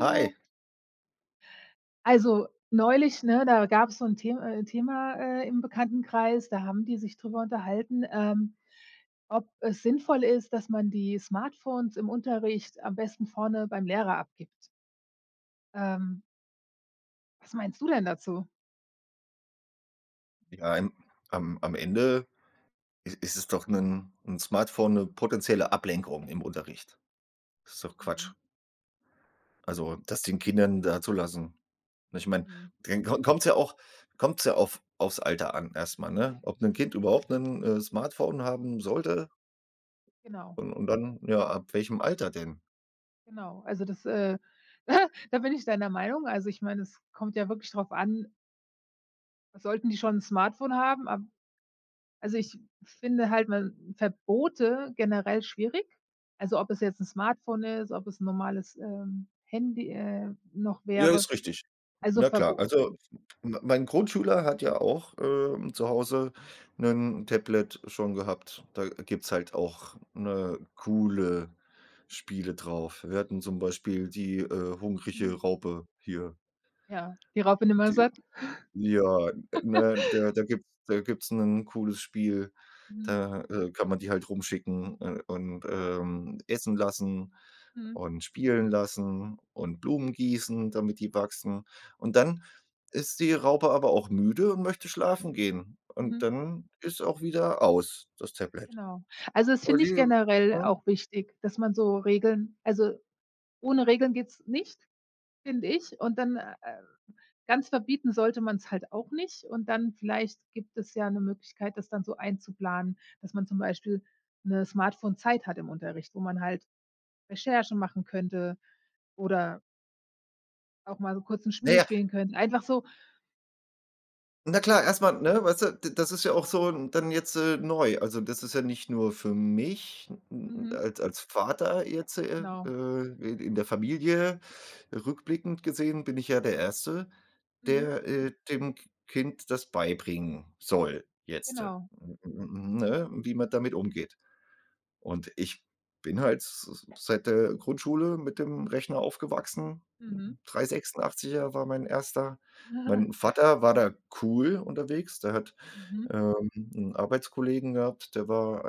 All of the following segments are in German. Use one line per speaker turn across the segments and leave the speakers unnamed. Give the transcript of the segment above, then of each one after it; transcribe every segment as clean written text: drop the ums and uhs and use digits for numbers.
Hi.
Also, neulich, ne, da gab es so ein Thema, im Bekanntenkreis, da haben die sich drüber unterhalten, ob es sinnvoll ist, dass man die Smartphones im Unterricht am besten vorne beim Lehrer abgibt. Ähm, Was meinst du denn dazu?
Ja, im am am Ende i ist es doch ein 'n Smartphone eine potenzielle Ablenkung im Unterricht. Das ist doch Quatsch.
Mhm,
Also, das den Kindern da zu lassen. Ne, ich meine,
mhm,
dann ko kommt's ja auch kommt's ja aufs Alter an erstmal, ne? Ob ein Kind überhaupt ein Smartphone haben sollte,
genau,
und dann, ja, ab welchem Alter denn?
genau. Also, da bin ich deiner Meinung. Also, ich meine, es kommt ja wirklich drauf an, sollten die schon ein Smartphone haben, ab. Also, ich finde halt man Verbote generell schwierig. Also, ob es jetzt 'n Smartphone ist, ob es 'n normales, Handy, noch
Ja,
wäre.
ist richtig.
Also,
Na klar,
Verbot,
also m mein Grundschüler hat ja auch, zu Hause ein Tablet schon gehabt. Da gibt's halt auch, ne, coole Spiele drauf. Wir hatten zum Beispiel die, Hungrige
mhm,
Raupe hier,
ja, die Raupe Nimmersatt.
ja, ne, da gibt's 'nen cooles Spiel.
Mhm,
Da, kann man die halt rumschicken, und, essen lassen
mhm,
und spielen lassen und Blumen gießen, damit die wachsen. Und dann ist die Raupe aber auch müde und möchte schlafen gehen. Und
mhm,
dann ist auch wieder aus, das Tablet.
genau. Also, das
Aber
finde
die,
ich
ne?
generell auch wichtig, dass man so Regeln also, ohne Regeln geht's nicht. Finde ich. Und dann, ganz verbieten sollte man es halt auch nicht. Und dann vielleicht gibt es ja 'ne Möglichkeit, das dann so einzuplanen, dass man zum Beispiel 'ne Smartphone-Zeit hat im Unterricht, wo man halt Recherche machen könnte oder auch mal so kurz 'n Spiel
Ne,
spielen könnte. Einfach so,
na klar, erstmal, ne, weißt du, d das ist ja auch so dann jetzt, neu. Also, das ist ja nicht nur für mich n
mhm,
als als Vater jetzt,
genau.
in der Familie rückblickend gesehen bin ich ja der Erste,
Mhm,
der, dem K Kind das beibringen soll jetzt,
genau.
ne, wie man damit umgeht. Und ich bin halt s seit der Grundschule mit dem Rechner aufgewachsen.
Mhm.
386 war mein erster. Mein Vater war da cool unterwegs. Der hat,
Mhm.
'n Arbeitskollegen gehabt, der war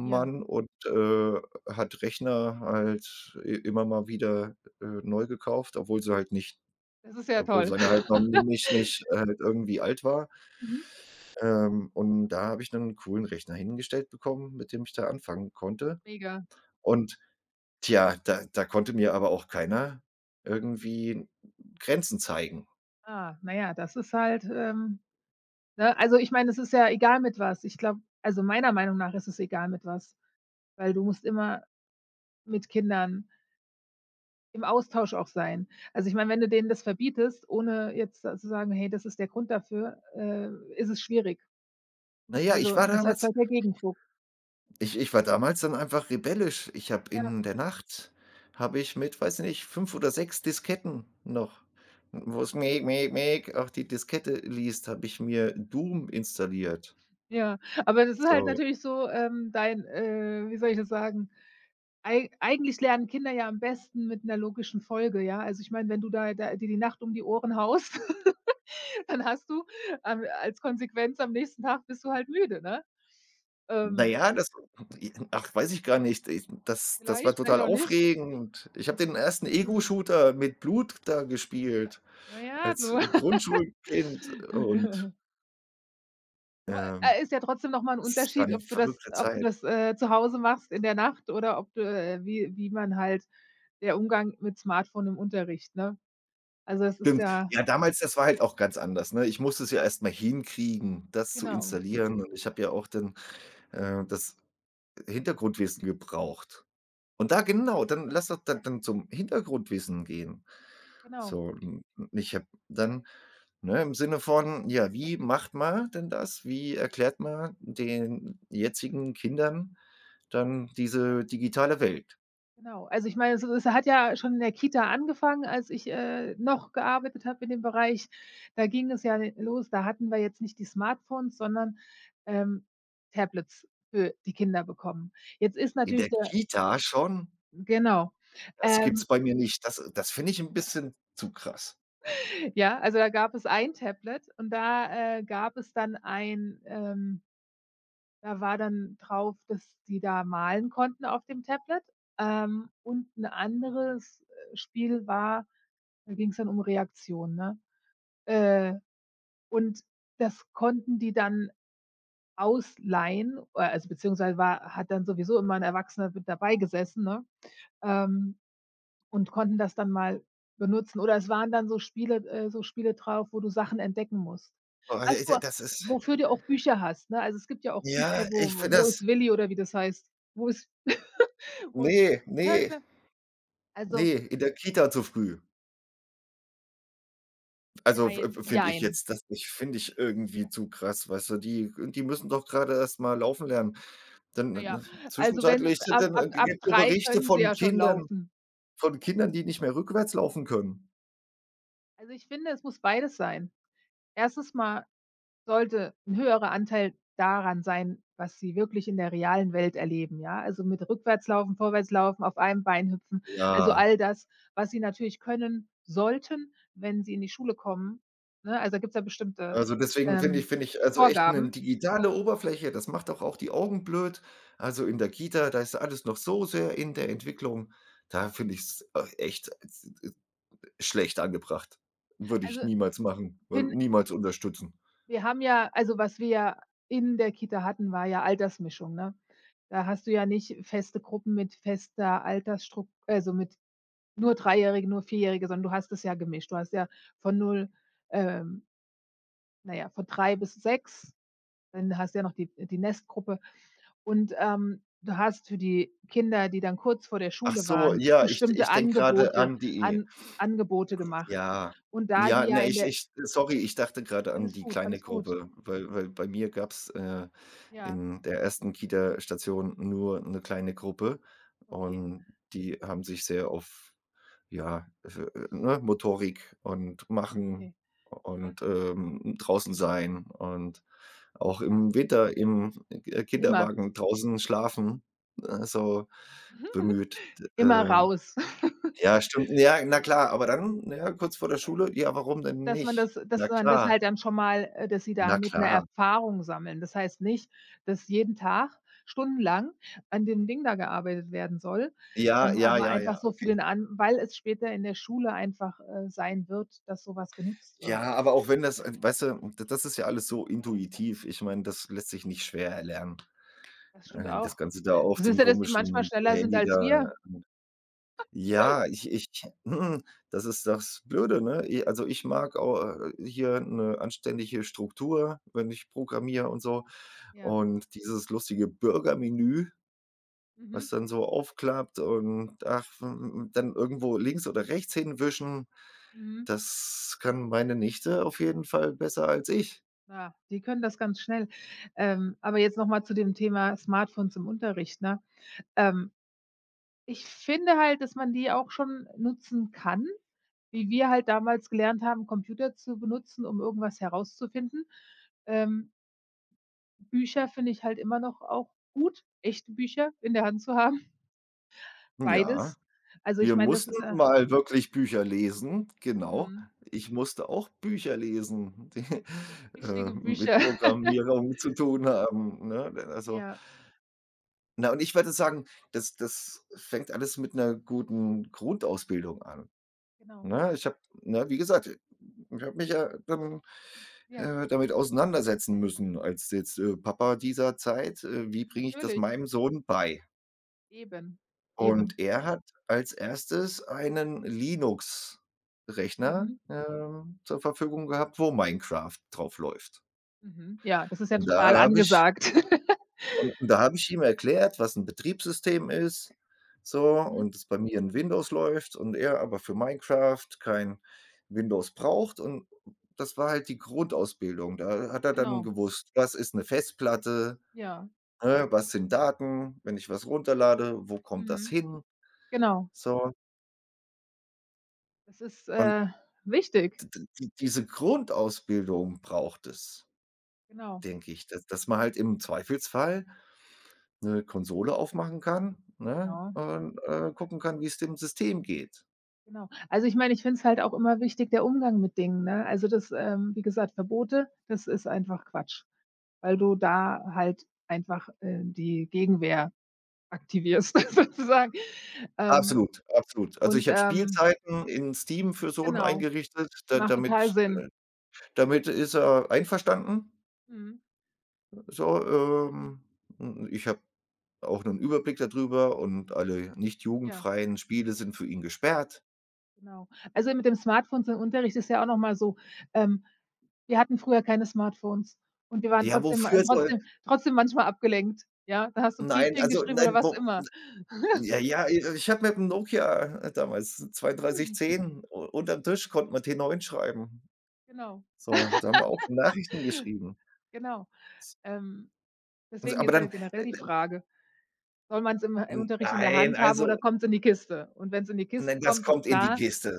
Ja,
und, hat Rechner halt i immer mal wieder, neu gekauft,
das ist ja
obwohl
toll.
seine halt noch nicht halt irgendwie alt war.
Mhm.
Und da habe ich einen coolen Rechner hingestellt bekommen, mit dem ich da anfangen konnte.
Mega.
Und Tja, da konnte mir aber auch keiner irgendwie Grenzen zeigen.
Ah, na ja, das ist halt. Ne? Also, ich meine, es ist ja egal mit was. Ich glaube also, meiner Meinung nach ist es egal mit was, weil du musst immer mit Kindern im Austausch auch sein. Also, ich meine, wenn du denen das verbietest, ohne jetzt da zu sagen: „Hey, das ist der Grund dafür“, ist es schwierig.
Naja,
Also, das erzeugt ja Gegendruck.
ich war damals dann einfach rebellisch. Ich habe
Ja,
In der Nacht habe ich mit, weiß nicht, 5 oder 6 Disketten noch, wo es Meg auch die Diskette liest, habe ich mir Doom installiert.
ja. Aber das ist halt
So,
natürlich so, dein wie soll ich das sagen? Ei eigentlich lernen Kinder ja am besten mit 'ner logischen Folge, ja? Also, ich meine, wenn du da dir die Nacht um die Ohren haust. Dann hast du am als Konsequenz am nächsten Tag bist du halt müde, ne? Ähm,
naja, das ach, weiß ich gar nicht. Ich Das war
Vielleicht, vielleicht
total
auch nicht.
aufregend. Ich habe den ersten
Hm,
Ego-Shooter mit Blut da gespielt.
na ja,
Als
du
Grundschulkind, und
Tro
ähm,
ist ja trotzdem noch mal 'n
es war
Unterschied,
'ne
ob du das
verrückte
ob du
Zeit.
das, äh, zu Hause machst in der Nacht oder ob du, wie man halt der Umgang mit Smartphone im Unterricht, ne? Also, das ist
Stimmt.
ja
Ja, damals das war halt auch ganz anders, ne? Ich musste es ja erst mal hinkriegen, das zu
genau,
installieren, und ich habe ja auch dann, das Hintergrundwissen gebraucht. Und da genau, dann lass doch dann zum Hintergrundwissen gehen.
genau.
So, und ich habe dann, ne, im Sinne von, ja, wie macht man denn das? Wie erklärt man den jetzigen Kindern dann diese digitale Welt?
Genau. Also, ich meine, es hat ja schon in der Kita angefangen, als ich, noch gearbeitet habe in dem Bereich. Da ging es ja los. Da hatten wir jetzt nicht die Smartphones, sondern, ähm, Tablets für die Kinder bekommen. Jetzt ist
In
natürlich
der
der
Kita schon?
genau.
Das gibt's
Ähm,
bei mir nicht. Das finde ich 'n bisschen zu krass.
ja, also da gab es ein Tablet und da, gab es dann ein, ähm. Da war dann drauf, dass die da malen konnten auf dem Tablet. Und 'n anderes, Spiel war da ging's dann um Reaktionen, ne? Äh, und das konnten die dann ausleihen, also beziehungsweise war hat dann sowieso immer 'n Erwachsener mit dabei gesessen, ne? Ähm. Und konnten das dann mal benutzen oder es waren dann so Spiele drauf, wo du Sachen entdecken musst.
Ah,
Weißt
d
du,
das ist
wofür du auch Bücher hast, ne? Also, es gibt ja auch Bücher,
ja,
wo
ich finde
„Wo
das,
ist Willi“ oder wie das heißt. Wo ist wo ist
ne, ne,
weißt du?
ne,
Also,
in der Kita zu früh. Also, f
jein,
f finde ich
jein.
jetzt, das ich finde ich irgendwie zu krass, weißt du? Die müssen doch grade erst mal laufen lernen. Dann,
Ja, ja.
ne,
Also, wenn
zwischenzeitlich sind
ab
dann,
ab ab
gibt's so
3
Berichte
können sie
von
ja schon
Kindern,
laufen.
die nicht mehr rückwärts laufen können.
Also, ich finde, es muss beides sein. Erstes mal sollte ein höherer Anteil daran sein, was sie wirklich in der realen Welt erleben, ja? Also, mit Rückwärtslaufen, Vorwärtslaufen, auf einem Bein hüpfen, also,
Ja.
all das, was sie natürlich können sollten, wenn sie in die Schule kommen, ne? Also, da gibt's ja bestimmte,
Also, deswegen finde ich
ähm,
finde ich also, echt eine
Vorgaben.
digitale Oberfläche, das macht doch auch die Augen blöd. Also, in der Kita, da ist alles noch so sehr in der Entwicklung. Da finde ich es echt, äh, schlecht angebracht. Würde ich
Also,
niemals machen und
bin
niemals unterstützen.
wir haben ja also, was wir ja in der Kita hatten, war ja Altersmischung, ne? Da hast du ja nicht feste Gruppen mit fester Altersstruk also, mit nur Dreijährige, nur Vierjährige, sondern du hast es ja gemischt. Du hast ja von null, ähm, na ja, von 3 bis 6, dann hast du ja noch die Nestgruppe und, du hast für die Kinder, die dann kurz vor der
Ach
Schule
so,
waren,
ja, ich
bestimmte
ich denke gerade
Angebote
an die.
an Angebote gemacht.
Ja.
Und da
Ja,
die ja
ne,
in
ich
der
ich sorry, ich dachte gerade an
alles
die
gut,
kleine
alles gut.
Gruppe, weil bei mir gab's,
Ja,
in der ersten Kita-Station nur eine kleine Gruppe,
okay,
und die haben sich sehr auf, ja, ne, Motorik und Machen
okay,
und, draußen sein und auch
ja,
im Winter im,
immer.
Kinderwagen draußen schlafen, so bemüht,
Immer
äh
raus.
ja, stimmt. Ja, na klar, aber dann, na ja, kurz vor der Schule, ja, warum denn nicht?
Dass
Na
man das
klar,
halt dann schon mal dass sie
na
damit 'ne
klar.
Erfahrung sammeln. Das heißt nicht, dass jeden Tag stundenlang an dem Ding da gearbeitet werden soll,
Ja, ja,
aber
ja, ja,
einfach so für
okay.
den an weil es später in der Schule einfach, sein wird, dass so was genutzt wird.
Ja, aber auch wenn das, weißt du, d das ist ja alles so intuitiv. Ich meine, das lässt sich nicht schwer erlernen.
Das stimmt
Das
auch.
Ganze da auf
Das ist
dem
ja, dass die manchmal
komischen
schneller sind
Handy
als
da.
wir.
Ja, ich mm, das ist das Blöde, ne? I Also, ich mag au hier 'ne anständige Struktur, wenn ich programmiere und so.
Ja.
Und dieses lustige Burgermenü,
Mhm.
was dann so aufklappt und, dann irgendwo links oder rechts hinwischen.
Mhm.
Das kann meine Nichte auf jeden Fall besser als ich.
Ja, die können das ganz schnell. Aber jetzt noch mal zu dem Thema Smartphones im Unterricht, ne? Ähm. Ich finde halt, dass man die auch schon nutzen kann, wie wir halt damals gelernt haben, Computer zu benutzen, um irgendwas herauszufinden. Ähm, Bücher finde ich halt immer noch auch gut, echte Bücher in der Hand zu haben,
Ja,
beides. Also, ich
wir
meine, das
mussten
ist ja
mal wirklich Bücher lesen, genau.
mhm,
Ich musste auch Bücher lesen, die,
richtige
mit
Bücher.
Programmierung zu tun haben, ne? Also,
Ja,
na, und ich würde sagen, das fängt alles mit einer guten Grundausbildung an,
genau.
ne? Ich habe Ne, wie gesagt, ich habe mich ja dann,
Ja,
damit auseinandersetzen müssen als jetzt, Papa dieser Zeit. Wie bringe ich das
natürlich.
meinem Sohn bei?
Eben, eben.
Und er hat als erstes einen Linux-Rechner,
Mhm,
zur Verfügung gehabt, wo Minecraft drauf läuft.
mhm. Ja, das ist ja
Und da
total
habe ich
angesagt.
und da habe ich ihm erklärt, was 'n Betriebssystem ist, so,
Mhm,
und dass bei mir 'n Windows läuft und er aber für Minecraft kein Windows braucht, und das war halt die Grundausbildung. Da hat er dann
genau.
gewusst, was ist 'ne Festplatte,
Ja,
ne, was sind Daten, wenn ich was runterlade, wo kommt das
mhm,
hin,
genau.
so.
Das ist,
Und
äh, wichtig.
d d die diese Grundausbildung braucht es,
Genau,
denke ich, dass man halt im Zweifelsfall 'ne Konsole aufmachen kann, ne,
genau,
und, gucken kann, wie's dem System geht.
genau. Also, ich meine, ich finde es halt auch immer wichtig, der Umgang mit Dingen, ne? Also, das, wie gesagt, Verbote, das ist einfach Quatsch, weil du da halt einfach, die Gegenwehr aktivierst sozusagen. Ähm,
Absolut, absolut. Also,
und,
ich habe Spielzeiten in Steam für Sohn
genau,
eingerichtet, da
macht total
damit
Sinn.
damit ist er einverstanden.
Mhm.
So, ähm, ich habe auch 'nen Überblick da drüber, und alle nicht
Ja,
jugendfreien Spiele sind für ihn gesperrt.
genau. Also, mit dem Smartphone zum Unterricht ist ja auch noch mal so, ähm. Wir hatten früher keine Smartphones und wir waren
Ja,
trotzdem äh,
wofür soll
trotzdem trotzdem manchmal abgelenkt, ja? Da hast du
nein,
Briefchen
also,
geschrieben oder
nein,
was
wo
immer.
ja, ja, i ich habe mit 'm Nokia damals zweiunddreißig
Mhm,
zehn u unterm Tisch konnte man T9 schreiben.
genau,
So, da haben wir auch Nachrichten geschrieben.
genau. Ähm,
Also,
Deswegen
aber
ist ja
dann,
generell die
äh,
Frage, soll man's im Unterricht in der
nein,
Hand haben oder
also,
kommt's in die Kiste? Und wenn's in die Kiste
nein, das
kommt, ist
kommt in die
klar,
Kiste.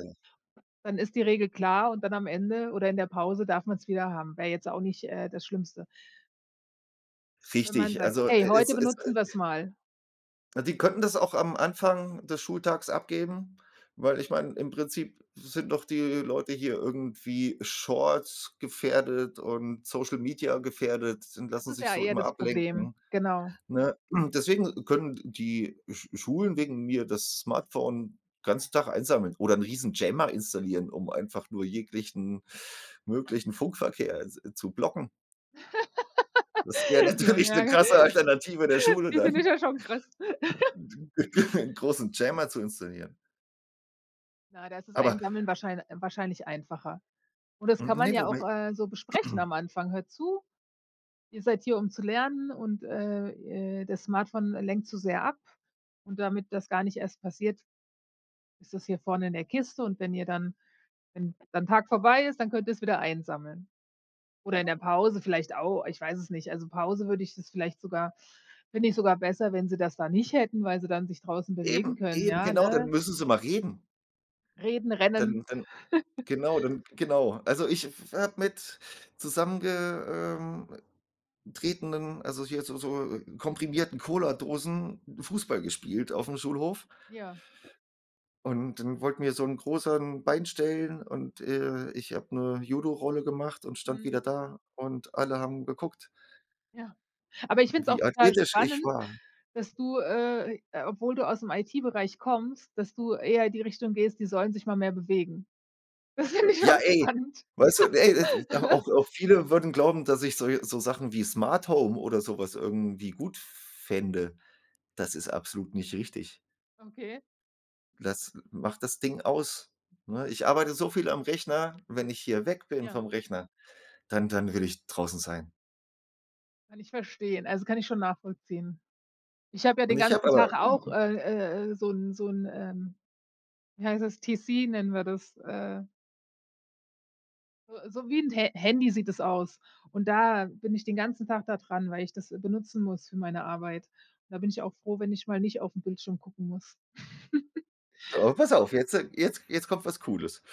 dann ist die Regel klar und dann am Ende oder in der Pause darf man's wieder haben. Wäre jetzt auch nicht, das Schlimmste. Wenn man
Richtig.
sagt:
Also, e
„Hey,
es
heute
es
benutzen wir's mal.“
die könnten das auch am Anfang des Schultags abgeben, weil ich meine, im Prinzip sind doch die Leute hier irgendwie Shorts gefährdet und Social Media gefährdet und
Das
lassen
ist
sich
ja
so
eher
immer
das Problem,
ablenken.
genau.
Ne? Deswegen können die Schulen wegen mir das Smartphone ganzen Tag einsammeln oder einen riesen Jammer installieren, um einfach nur jeglichen möglichen Funkverkehr, s zu blocken. Das wäre
Ja,
natürlich eine
ja,
krasse Alternative der Schule
die finde ich
dann,
ja schon krass.
einen großen Jammer zu installieren.
Na, da ist das
Aber
Einsammeln wahrscheinlich einfacher. Und das kann man
ne,
ja auch,
wobei
so besprechen am Anfang: „Hört zu, ihr seid hier, um zu lernen und, das Smartphone lenkt zu sehr ab. Und damit das gar nicht erst passiert, ist das hier vorne in der Kiste und wenn ihr dann wenn dann Tag vorbei ist, dann könnt ihr es wieder einsammeln.“ Oder in der Pause vielleicht auch, ich weiß es nicht. Also, Pause würde ich das vielleicht sogar finde ich sogar besser, wenn sie das da nicht hätten, weil sie dann sich draußen bewegen
eben,
können,
eben,
ja,
genau, dann
ne?
müssen sie mal reden.
Reden,
Dann
rennen.
dann genau, dann genau. Also, ich habe mit zusammenge tretenden, also hier so komprimierten Cola-Dosen Fußball gespielt auf dem Schulhof.
Ja,
Und dann wollte mir so 'n Großer 'n Bein stellen und, ich habe eine Judo-Rolle gemacht und stand
mhm,
wieder da und alle haben geguckt,
ja. Aber ich finde es
wie
auch total
athletisch ich
spannend,
war.
dass du, obwohl du aus'm IT-Bereich kommst, dass du eher in die Richtung gehst, die sollen sich mal mehr bewegen. Das finde ich
Ja,
schon
ey,
spannend.
weißt du, ey, das auch viele würden glauben, dass ich so Sachen wie Smart Home oder sowas irgendwie gut fände. Das ist absolut nicht richtig.
Okay,
Lass Mach das Ding aus, ne? Ich arbeite so viel am Rechner, wenn ich hier weg bin
ja,
vom Rechner, dann will ich draußen sein.
kann ich verstehen. Also, kann ich schon nachvollziehen. Ich habe ja
Und
den
ich habe
ganzen Tag
aber
auch, so 'n, wie heißt das, TC nennen wir das, so so wie 'n Ha Handy sieht es aus. Und da bin ich den ganzen Tag da dran, weil ich das benutzen muss für meine Arbeit. Da bin ich auch froh, wenn ich mal nicht auf 'n Bildschirm gucken muss.
aber pass auf, jetzt, jetzt kommt was Cooles.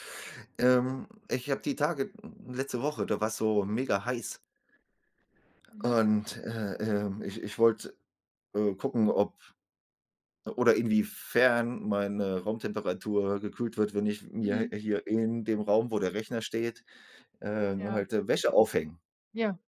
Ich habe die Tage letzte Woche, da war's so mega heiß
Mhm,
und, ich wollte, gucken, ob oder inwiefern meine Raumtemperatur gekühlt wird, wenn ich mir
mhm.
hier in dem Raum, wo der Rechner steht,
Ja,
halt, Wäsche aufhänge,
ja,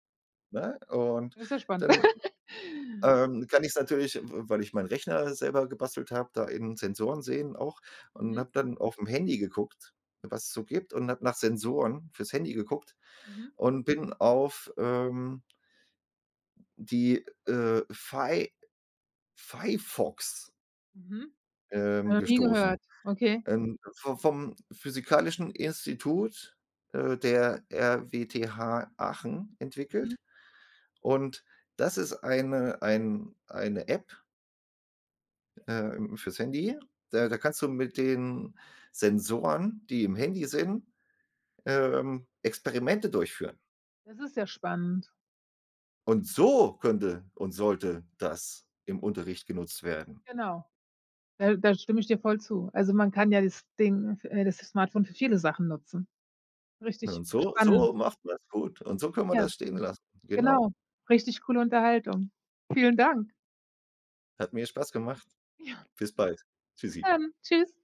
ne? Und
das ist ja spannend.
dann, Kann ich's natürlich, weil ich meinen Rechner selber gebastelt habe, da in Sensoren sehen auch, und
Mhm,
habe dann auf'm Handy geguckt, was es so gibt, und habe nach Sensoren fürs Handy geguckt
mhm,
und bin auf, die, Fi Firefox,
mhm. Habe noch nie
gestoßen.
gehört. Okay.
V Vom Physikalischen Institut, der RWTH Aachen
Mhm.
entwickelt, und das ist eine App, im fürs Handy. Da kannst du mit den Sensoren, die im Handy sind, Experimente durchführen.
Das ist ja spannend.
Und so könnte und sollte das im Unterricht genutzt werden.
Genau. Da da stimme ich dir voll zu. Also, man kann ja das Ding das Smartphone für viele Sachen nutzen.
Ne,
Richtig
und so
spannend.
so macht man es gut, und so können wir
Ja,
das stehen lassen. Genau.
genau. Richtig coole Unterhaltung. Vielen Dank.
Hat mir Spaß gemacht.
Ja.
Bis bald.
Bis
Tschüssi.
dann. Tschüss.